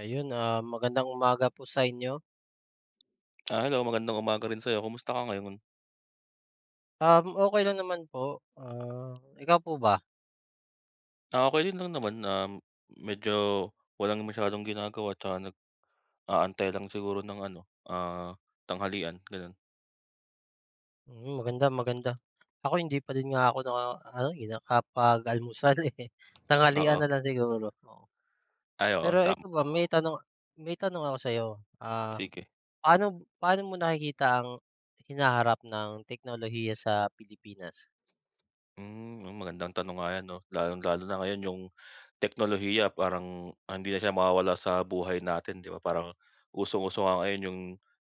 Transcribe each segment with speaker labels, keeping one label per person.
Speaker 1: Ayun, magandang umaga po sa inyo.
Speaker 2: Hello magandang umaga rin sa'yo, kumusta ka ngayon?
Speaker 1: Okay lang naman po, ikaw po ba?
Speaker 2: Okey din lang naman, medyo walang masyadong ginagawa 'tsaka nag-aantay lang siguro ng ano, ah, tanghalian gano'n,
Speaker 1: Mm, maganda, maganda. Ako hindi pa din nga ako naka ano, eh, nakapag-almusal, eh, tanghalian
Speaker 2: oo.
Speaker 1: na lang siguro, oo.
Speaker 2: Ay, oo,
Speaker 1: Pero
Speaker 2: tama,
Speaker 1: ito ba may tanong ako sa'yo, ah,
Speaker 2: sige.
Speaker 1: paano paano mo nakikita ang hinaharap ng teknolohiya sa Pilipinas?
Speaker 2: Magandang tanong nga 'yan 'no, lalong-lalo na ngayon yung teknolohiya parang hindi na siya mawawala sa buhay natin, 'di ba, parang usong-uso nga ngayon yung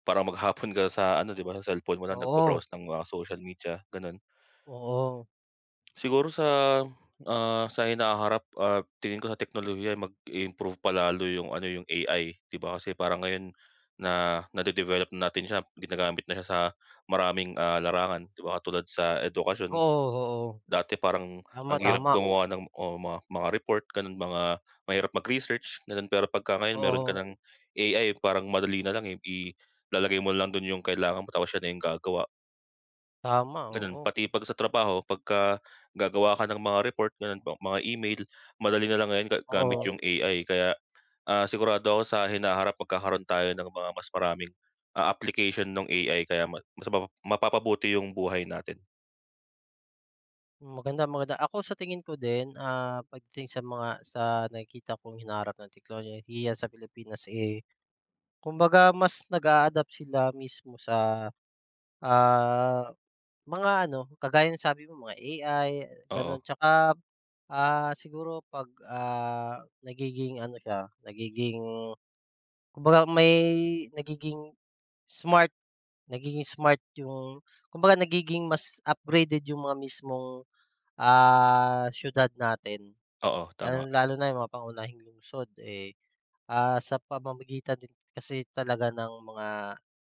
Speaker 2: parang maghapon ka sa ano, 'di ba, sa cellphone mo lang
Speaker 1: Oo,
Speaker 2: nagba-browse ng mga social media, gano'n.
Speaker 1: oo.
Speaker 2: Siguro sa hinaharap, tingin ko sa teknolohiya mag improve palalo yung ano, yung AI, 'di ba? Kasi parang ngayon na nade-develop na natin siya, ginagamit na siya sa maraming, larangan, 'di ba? Katulad sa edukasyon,
Speaker 1: Oo, oo.
Speaker 2: dati parang
Speaker 1: Tama,
Speaker 2: ang hirap
Speaker 1: tama.
Speaker 2: gumawa ng o mga report gano'n, mga mahirap mag-research, gano'n. Pero pagka ngayon meron ka
Speaker 1: Oo,
Speaker 2: ng AI, parang madali na lang, eh, ilalagay mo lang do'n yung kailangan mo tapos siya na yung gagawa.
Speaker 1: tama,
Speaker 2: Gano'n,
Speaker 1: oo,
Speaker 2: pati 'pag sa trabaho pagka gagawa ka ng mga report gano'n po, mga email, madali na lang ngayon gamit
Speaker 1: oo.
Speaker 2: yung AI kaya, sigurado ako sa hinaharap magkakaroon tayo ng mga mas maraming, application nung AI kaya ma mas mapa mapapabuti yung buhay natin.
Speaker 1: Maganda, maganda. Ako sa tingin ko din, pagdating sa nakikita kong hinaharap ng teknolohiya sa Pilipinas, eh, kumbaga mas nag-a-adapt sila mismo sa, ah, mga ano, kagaya ng sabi mo mga AI
Speaker 2: Oo,
Speaker 1: gano'n. Tsaka, siguro 'pag, nagiging ano siya, nagiging kumbaga may smart, nagiging smart yung kumbaga nagiging mas upgraded yung mga mismong, siyudad natin.
Speaker 2: oo, tama,
Speaker 1: Lalong-lalo na yung mga pangunahing lungsod, eh, sa pamamagitan din kasi talaga ng mga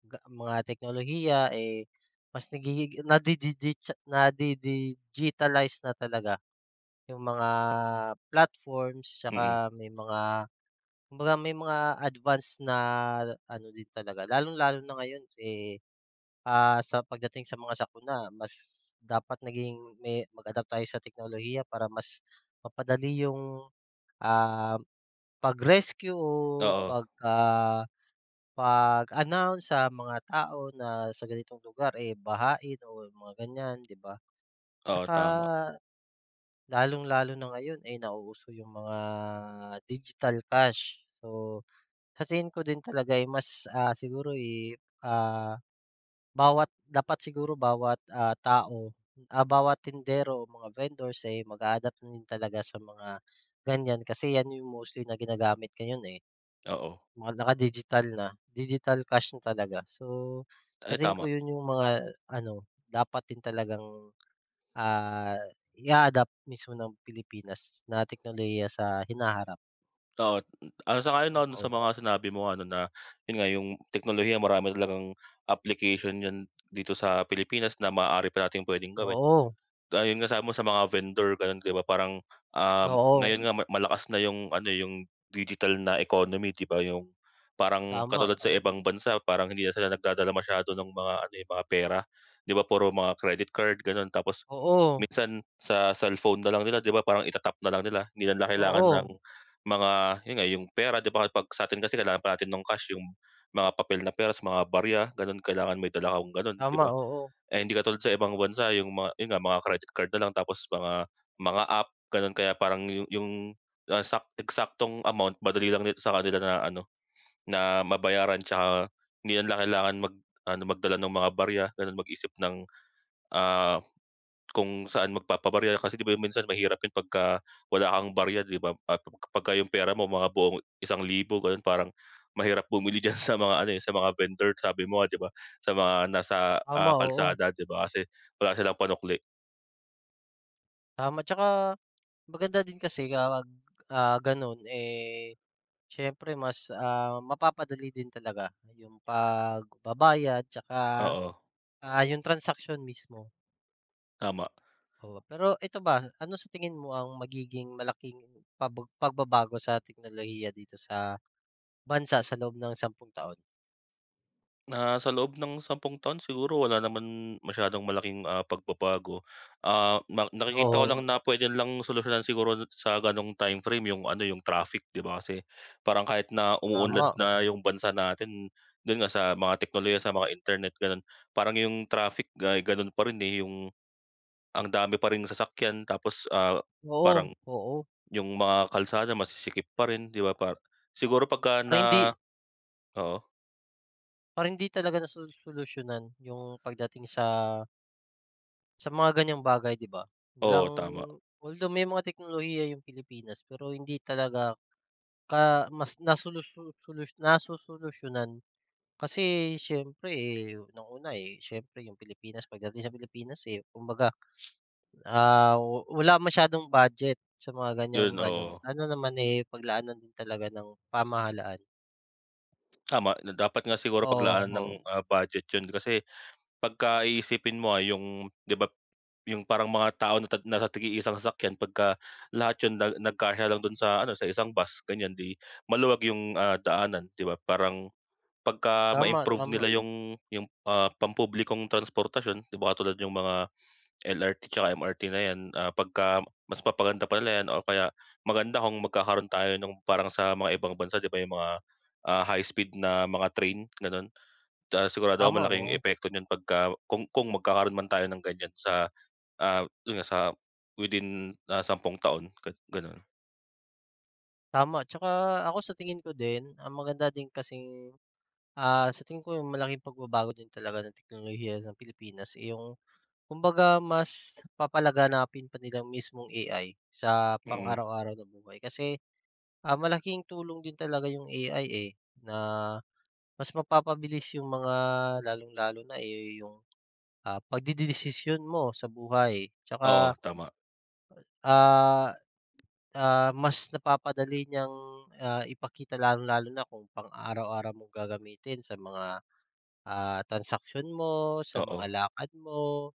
Speaker 1: ga mga teknolohiya, eh, mas nagigig nadididitsa nadi-digitalize na talaga yung mga platforms
Speaker 2: mm,
Speaker 1: tsaka may mga kumbaga may mga advance na ano din talaga. Lalong-lalo na ngayon, eh, sa pagdating sa mga sakuna mas dapat naging may mag-adapt tayo sa teknolohiya para mas mapadali yung, ah pag-rescue o
Speaker 2: oo,
Speaker 1: pagka pag-announce sa mga tao na sa ganitong lugar, eh, bahain o mga ganyan, 'di ba?
Speaker 2: oo,
Speaker 1: Tsaka
Speaker 2: tama,
Speaker 1: lalong-lalo na ngayon ay nauuso yung mga digital cash. So, sa tingin ko din talaga ay mas, siguro, eh, ah, bawat dapat siguro bawat, tao, bawat tindero o mga vendors ay mag-a-adapt na din talaga sa mga ganyan kasi yan yung mostly na ginagamit ngayon, eh.
Speaker 2: oo,
Speaker 1: Mga naka-digital na, digital cash na talaga. So, sa
Speaker 2: ay
Speaker 1: tingin ko
Speaker 2: tama,
Speaker 1: yun yung mga ano, dapat din talagang, ah, i-a-adapt mismo ng Pilipinas na teknolohiya sa hinaharap.
Speaker 2: oo. Sa ayon ako
Speaker 1: Oo,
Speaker 2: sa mga sinabi mo ano na, yun nga yung teknolohiya marami talagang application yan dito sa Pilipinas na maaari pa nating puwedeng gawin.
Speaker 1: oo,
Speaker 2: Yung nga mo sa mga vendor gano'n, 'di ba, parang, um,
Speaker 1: oo,
Speaker 2: ngayon nga malakas na yung ano, eh, yung digital na economy, 'di ba, yung parang
Speaker 1: tama,
Speaker 2: katulad sa
Speaker 1: tama.
Speaker 2: ibang bansa parang hindi na sila nagdadala masyado ng mga ano, eh, mga pera. 'Di ba puro mga credit card gano'n, tapos
Speaker 1: Oo,
Speaker 2: minsan sa cellphone na lang nila, 'di ba, parang itatap na lang nila, hindi na nila kailangan ng
Speaker 1: oo,
Speaker 2: Mm. mga yun nga yung pera, 'di ba, 'pag sa'tin kasi kailangan pa natin ng cash, yung mga papel na pera sa mga barya gano'n, kailangan may dala kang gano'n, 'di
Speaker 1: tama,
Speaker 2: ba?
Speaker 1: oo,
Speaker 2: Eh, hindi katulad sa ibang bansa yung mga yun nga mga credit card na lang, tapos mga app gano'n kaya parang eksaktong amount madali lang sa kanila na ano, na mabayaran, tsaka hindi nila kailangan ano, magdala ng mga barya gano'n, mag-isip ng, ah kung saan magpapabarya kasi 'di ba yung minsan mahirap 'yun pagka wala kang barya, 'di ba, pagka 'yung pera mo mga buong 1,000 gano'n parang mahirap bumili diyan sa mga ano, eh, sa mga vendor sabi mo nga, 'di ba, sa mga nasa,
Speaker 1: tama, oo,
Speaker 2: kalsada, 'di ba, kasi wala silang panukli.
Speaker 1: tama. Tsaka maganda din kasi kapag, ganun, eh, siyempre mas, mapapadali din talaga yung pagbabayad tsaka
Speaker 2: Oo,
Speaker 1: Yung transaksyon mismo,
Speaker 2: tama.
Speaker 1: oo. Pero ito ba, ano sa tingin mo ang magiging malaking pagbabago sa teknolohiya dito sa bansa sa loob ng 10 taon?
Speaker 2: Sa loob ng 10 taon siguro wala naman masyadong malaking, pagbabago. Na nakikita ko lang
Speaker 1: Oo,
Speaker 2: na pwede lang solusyonan siguro sa gano'ng time frame yung ano, yung traffic, 'di ba? Kasi parang kahit na umuunlad
Speaker 1: tama.
Speaker 2: na yung bansa natin, do'n nga sa mga teknolohiya, sa mga internet, gano'n. Parang yung traffic ay gano'n pa rin, eh, ang dami pa ring sasakyan tapos,
Speaker 1: Oo.
Speaker 2: parang
Speaker 1: Oo, oo.
Speaker 2: yung mga kalsada masisikip pa rin, 'di ba? Siguro pagka
Speaker 1: Para hindi
Speaker 2: na. Oo,
Speaker 1: para hindi talaga solusyonan yung pagdating sa mga ganiyang bagay, 'di ba?
Speaker 2: oo,
Speaker 1: Walang
Speaker 2: tama.
Speaker 1: although may mga teknolohiya yung Pilipinas, pero hindi talaga ka mas nasosolusyonan. Kasi siyempre, eh, unang-una, eh, siyempre yung Pilipinas pagdating sa Pilipinas, eh, kumbaga, wala masyadong budget sa mga ganiyang
Speaker 2: 'Yun,
Speaker 1: ano.
Speaker 2: oo.
Speaker 1: Sana naman, eh, paglaanan din talaga ng pamahalaan.
Speaker 2: Tama, na dapat nga siguro
Speaker 1: Oo,
Speaker 2: paglaanan ng,
Speaker 1: oo.
Speaker 2: budget 'yun kasi pagka iisipin mo, yung 'di ba, yung parang mga tao na nasa tig isang sasakyan pagka lahat 'yun nagkasya lang dun sa ano, sa isang bus ganiyan, 'di maluwag yung, daanan, 'di ba? Parang pagka
Speaker 1: Tama,
Speaker 2: ma-improve
Speaker 1: tama.
Speaker 2: nila yung pampublikong transportasyon, 'di ba, katulad yung mga LRT tsaka MRT na 'yan, pagka mas papaganda pa nila 'yan o kaya maganda kung magkakaroon tayo nung parang sa mga ibang bansa, 'di ba, yung mga, high speed na mga train gano'n. Sigurado ako
Speaker 1: Tama,
Speaker 2: malaki yung
Speaker 1: oo.
Speaker 2: epekto niyan pagka kung magkakaroon man tayo ng ganyan sa, yun nga sa within, 10 taon gano'n.
Speaker 1: Tama. Tsaka ako sa tingin ko din, ang maganda din kasing, sa tingin ko yung malaking pagbabago din talaga ng teknolohiya ng Pilipinas, eh, yung kumbaga mas papalaganapin pa nila mismong AI sa
Speaker 2: Mm,
Speaker 1: pang-araw-araw na buhay. Kasi malaking tulong din talaga yung AI, eh, na mas mapapabilis yung mga lalong-lalo na, eh, yung, pagdedesisyon mo sa buhay.
Speaker 2: oo,
Speaker 1: Tsaka,
Speaker 2: tama,
Speaker 1: ah, mas napapadali niyang, ipakita lalong-lalo na kung pang-araw-araw mong gagamitin sa mga, transaksyon mo, sa mga
Speaker 2: oo,
Speaker 1: lakad mo.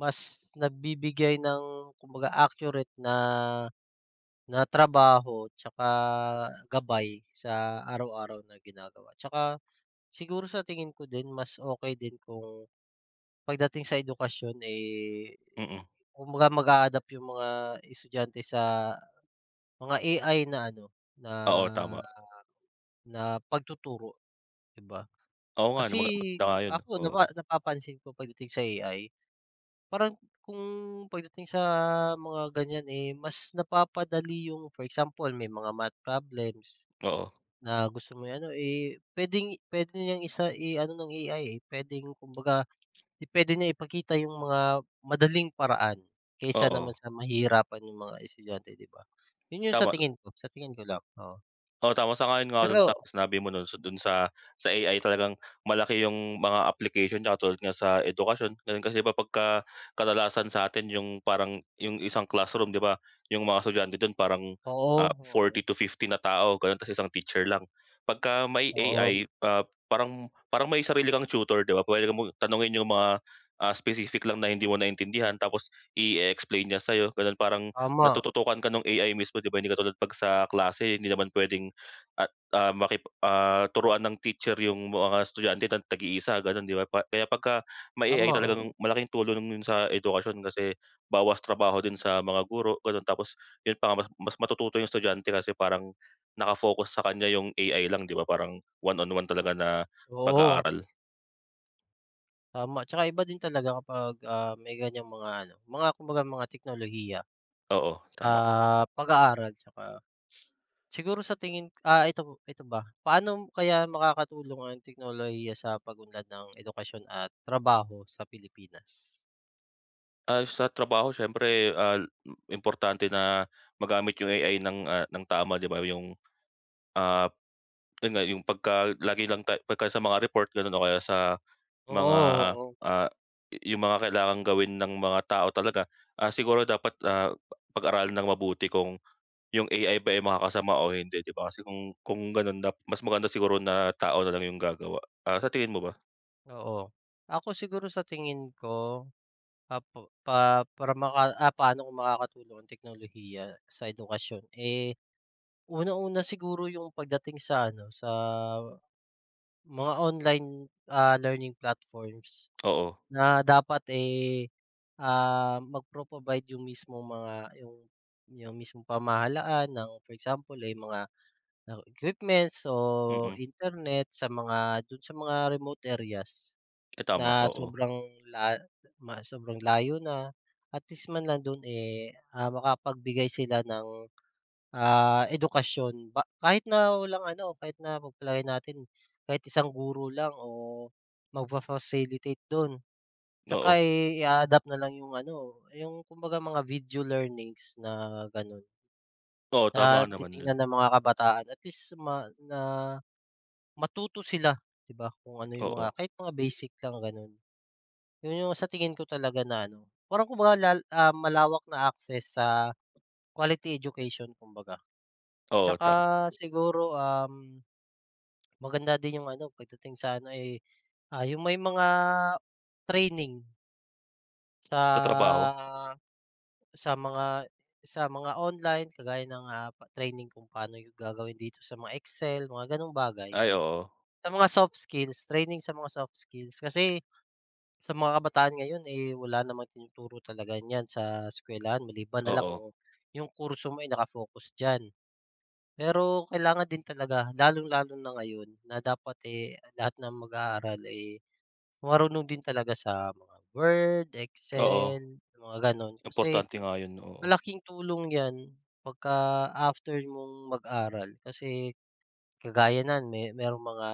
Speaker 1: Mas nagbibigay ng kumbaga accurate na na trabaho tsaka gabay sa araw-araw na ginagawa. Tsaka siguro sa tingin ko din mas okey din kung pagdating sa edukasyon, eh,
Speaker 2: mm,
Speaker 1: kumbaga mag-a-adapt yung mga estudyante sa mga AI na ano, na
Speaker 2: oo, tama.
Speaker 1: na pagtuturo, 'di ba?
Speaker 2: Oo nga 'no,
Speaker 1: Kasi
Speaker 2: maganda nga yun,
Speaker 1: ako
Speaker 2: oo,
Speaker 1: napapansin ko pagdating sa AI, parang kung pagdating sa mga ganyan, eh, mas napapadali yung for example, may mga math problems
Speaker 2: oo,
Speaker 1: na gusto mo i-ano, eh, puwede niyang i-ano ng AI, eh, puwedeng kumbaga 'di puwede niya ipakita yung mga madaling paraan kaysa naman
Speaker 2: oo,
Speaker 1: sa mahihirapan yung mga estudyante, 'di ba? Yun yung
Speaker 2: tama.
Speaker 1: sa tingin ko lang, oo.
Speaker 2: Oo, tama. Sang-ayon nga ako dun sa
Speaker 1: Pero
Speaker 2: sinabi mo nun, sa dun sa AI talagang malaki yung mga application niya katulad nga sa edukasyon, ganun. Kasi ba pagka kadalasan sa atin yung parang yung isang classroom, 'di ba, yung mga estudyante dun parang,
Speaker 1: oo,
Speaker 2: 40
Speaker 1: oo,
Speaker 2: to 50 na tao, ganun, ta's isang teacher lang. Pagka may AI,
Speaker 1: oo,
Speaker 2: parang parang may sarili kang tutor, 'di ba? Pwede mong tanungin yung mga, specific lang na hindi mo naintindihan tapos i explain niya sa'yo, ganun. Parang
Speaker 1: tama,
Speaker 2: natututukan ka nung AI mismo, 'di ba? Hindi katulad 'pag sa klase hindi naman puwedeng at, turuan ng teacher yung mga estudyante ng tag-iisa gano'n, 'di ba? Kaya pagka may AI
Speaker 1: tama,
Speaker 2: talagang
Speaker 1: oo,
Speaker 2: malaking tulong yun sa edukasyon kasi bawas trabaho din sa mga guro gano'n. Tapos yun pa nga mas mas matututo yung estudyante kasi parang naka-focus sa kanya yung AI lang, 'di ba? Parang one on one talaga na
Speaker 1: oo,
Speaker 2: pag-aaral.
Speaker 1: tama. Tsaka iba din talaga kapag, may ganiyang mga ano, mga kumbaga mga teknolohiya
Speaker 2: Oo,
Speaker 1: sa
Speaker 2: tama.
Speaker 1: pag-aaral tsaka siguro sa tingin ito ito ba, paano kaya makakatulong ang teknolohiya sa pag-unlad ng edukasyon at trabaho sa Pilipinas?
Speaker 2: Sa trabaho siyempre, importante na magamit yung AI ng tama, 'di ba? Ah Yun nga, yung pagka lagi lang pagka sa mga report gano'n o kaya sa mga,
Speaker 1: Oo, oo.
Speaker 2: ah, yung mga kailangang gawin ng mga tao talaga, siguro dapat, pag-aralan ng mabuti kung yung AI ba, eh, makakasama o hindi, 'di ba? Kasi kung gano'n na mas maganda siguro na tao na lang yung gagawa. Sa tingin mo ba?
Speaker 1: Oo. Ako siguro sa tingin ko, ah, pa pa para maka paano kung makakatulong ang teknolohiya sa edukasyon, eh, unang-una siguro yung pagdating sa ano, sa mga online, learning platforms
Speaker 2: Oo,
Speaker 1: na dapat, eh, magpro-provide yung mismong mga yung yung mismong pamahalaan ng for example, eh, mga, equipments o
Speaker 2: mm.
Speaker 1: internet sa mga dun sa mga remote areas.
Speaker 2: Eh, tama,
Speaker 1: Na
Speaker 2: oo.
Speaker 1: sobrang la ma sobrang layo na, at least man lang do'n, eh, makapagbigay sila ng, edukasyon ba kahit na walang ano, kahit na pagpalagay natin kahit isang guro lang o magfa-facilitate do'n. Tsaka,
Speaker 2: Oo,
Speaker 1: eh, i-a-adapt na lang yung ano, yung kumbaga mga video learnings na gano'n,
Speaker 2: oo,
Speaker 1: na
Speaker 2: tama ka naman dun.
Speaker 1: titingnan ng mga kabataan at least ma na matuto sila, 'di ba, kung ano yung
Speaker 2: Oo,
Speaker 1: mga kahit mga basic lang gano'n. Yun yung sa tingin ko talaga na ano, parang kumbaga malawak na access sa quality education kumbaga.
Speaker 2: oo,
Speaker 1: Tsaka
Speaker 2: tama.
Speaker 1: siguro, maganda din yung ano pagdating sa ano, eh, yung may mga training
Speaker 2: Sa trabaho?
Speaker 1: sa sa mga sa mga online kagaya ng, training kung paano yung gagawin dito sa mga Excel, mga gano'ng bagay.
Speaker 2: Ay, oo,
Speaker 1: Sa mga soft skills, training sa mga soft skills kasi sa mga kabataan ngayon, eh, wala namang tinuturo talaga niyan sa eskuwelahan maliban na lang
Speaker 2: oo,
Speaker 1: kung yung kurso mo ay naka-focus diyan. Pero kailangan din talaga lalong-lalo na ngayon na dapat, eh, lahat ng mag-aaral, eh, marunong din talaga sa mga Word,
Speaker 2: oo.
Speaker 1: Excel, mga gano'n. Kasi
Speaker 2: Importante nga yun, oo,
Speaker 1: malaking tulong 'yan pagka after mong mag-aral kasi kagaya niyan may merong mga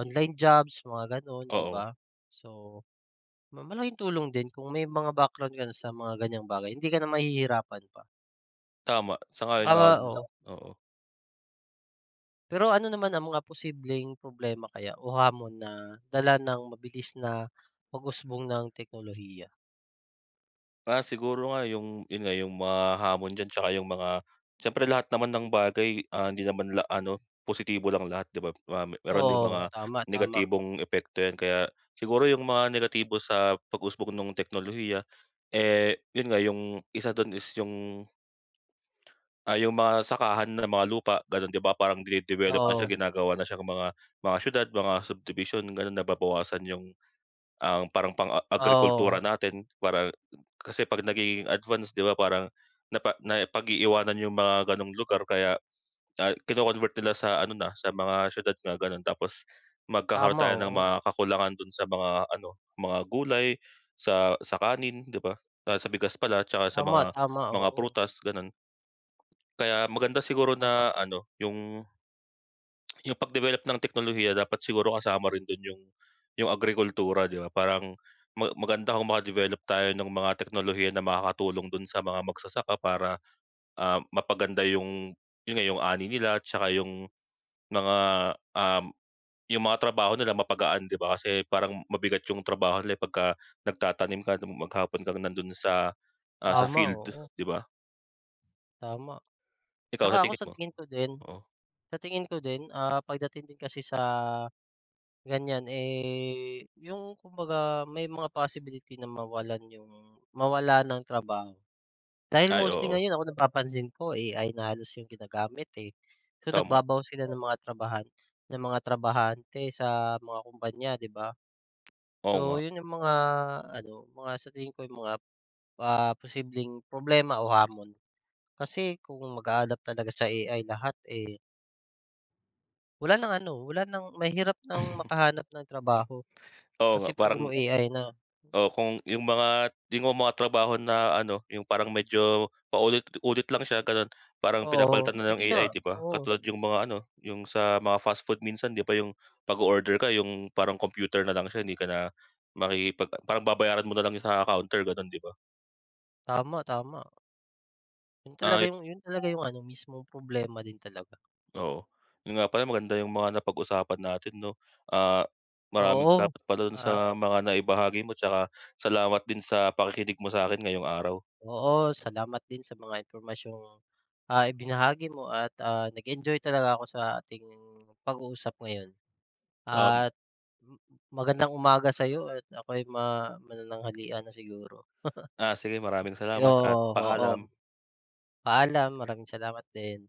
Speaker 1: online jobs, mga gano'n, 'di
Speaker 2: oo.
Speaker 1: ba? So malaking tulong din kung may mga background ka na sa mga ganyang bagay hindi ka na mahihirapan pa.
Speaker 2: Tama, sang-ayon nga ako
Speaker 1: Tsaka
Speaker 2: Oo. dun,
Speaker 1: oo,
Speaker 2: oo.
Speaker 1: pero ano naman ang mga posibleng problema kaya o hamon na dala ng mabilis na pag-usbong ng teknolohiya?
Speaker 2: Siguro nga yun nga yung mga hamon diyan, tsaka yung mga siyempre lahat naman ng bagay, hindi naman ano, positibo lang lahat, 'di ba? Meron ding
Speaker 1: Oo,
Speaker 2: mga
Speaker 1: tama, tama.
Speaker 2: negatibong epekto yan kaya siguro yung mga negatibo sa pag-usbong nung teknolohiya, eh, yun nga yung isa dun is yung mga sakahan ng mga lupa ganun, 'di ba, parang dine-develop na siya,
Speaker 1: Oo,
Speaker 2: ginagawa na siyang mga siyudad, mga subdivision ganun, nababawasan ang parang pang-agrikultura
Speaker 1: oo,
Speaker 2: natin para. Kasi 'pag nagiging advanced, 'di ba, parang napag-iiwanan yung mga gano'ng lugar kaya, kino-convert nila sa ano na, sa mga siyudad nga gano'n, tapos magkakaroon tayo ng
Speaker 1: oo.
Speaker 2: mga kakulangan do'n sa mga ano, mga gulay, sa kanin, 'di ba, sa bigas pala, 'tsaka sa
Speaker 1: Tama,
Speaker 2: mga
Speaker 1: tama,
Speaker 2: mga
Speaker 1: oo.
Speaker 2: prutas gano'n. Kaya maganda siguro
Speaker 1: Tama,
Speaker 2: na ano, yung pag-develop ng teknolohiya dapat siguro kasama rin dun yung agrikultura, 'di ba? Parang maganda kung maka-develop tayo ng mga teknolohiya na makakatulong dun sa mga magsasaka para, mapaganda yun nga, yung ani nila, tsaka mga, um, yung mga trabaho nila mapagaan, 'di ba? Kasi parang mabigat yung trabaho nila, eh, pagka nagtatanim ka nung maghapon kang nandun sa
Speaker 1: tama,
Speaker 2: field,
Speaker 1: oo,
Speaker 2: 'di ba?
Speaker 1: tama.
Speaker 2: Ikaw, sa
Speaker 1: Tsaka ako
Speaker 2: tingin
Speaker 1: sa
Speaker 2: mo?
Speaker 1: tingin ko din
Speaker 2: Oo.
Speaker 1: sa tingin ko din, pagdating din kasi sa ganyan, eh, yung kumbaga may mga possibility na mawala ng trabaho. Dahil
Speaker 2: Ay,
Speaker 1: mostly
Speaker 2: oo.
Speaker 1: ngayon ako napapansin ko AI na halos yung ginagamit, eh. So,
Speaker 2: Tama.
Speaker 1: nagbabawas sila ng mga trabahante sa mga kumpanya, 'di ba?
Speaker 2: Oo nga.
Speaker 1: So, yun yung mga ano, mga sa tingin ko yung mga, posibleng problema o hamon. Kasi kung mag-a-adapt talaga sa AI lahat, eh, wala ng ano, wala ng mahirap ng makahanap ng trabaho
Speaker 2: Oo
Speaker 1: kasi
Speaker 2: nga, parang.
Speaker 1: puro AI na.
Speaker 2: Oo, kung yung mga trabaho na ano, yung parang medyo paulit-ulit lang siya gano'n, parang
Speaker 1: Oo,
Speaker 2: pinapalitan na ng
Speaker 1: puwede na,
Speaker 2: AI, 'di ba?
Speaker 1: oo.
Speaker 2: Katulad yung mga ano, yung sa mga fast food minsan, 'di ba, yung pag order ka yung parang computer na lang siya, hindi ka na parang babayaran mo na lang sa counter gano'n, 'di ba?
Speaker 1: Tama, tama. Yun talaga
Speaker 2: Yun,
Speaker 1: yung yun talaga yung ano, mismong problema din talaga.
Speaker 2: oo. Yun nga pala, maganda yung mga napag-usapan natin 'no. Ah, Maraming
Speaker 1: Oo,
Speaker 2: salamat pala dun
Speaker 1: ah,
Speaker 2: sa mga naibahagi mo 'tsaka salamat din sa pakikinig mo sa akin ngayong araw.
Speaker 1: oo, salamat din sa mga impormasyong, ibinahagi mo at, nag-enjoy talaga ako sa ating pag-uusap ngayon
Speaker 2: Um
Speaker 1: at m magandang umaga sa'yo at ako'y manananghalian na siguro.
Speaker 2: sige, maraming salamat at
Speaker 1: Oo, oo.
Speaker 2: paalam.
Speaker 1: Paalam, maraming salamat din.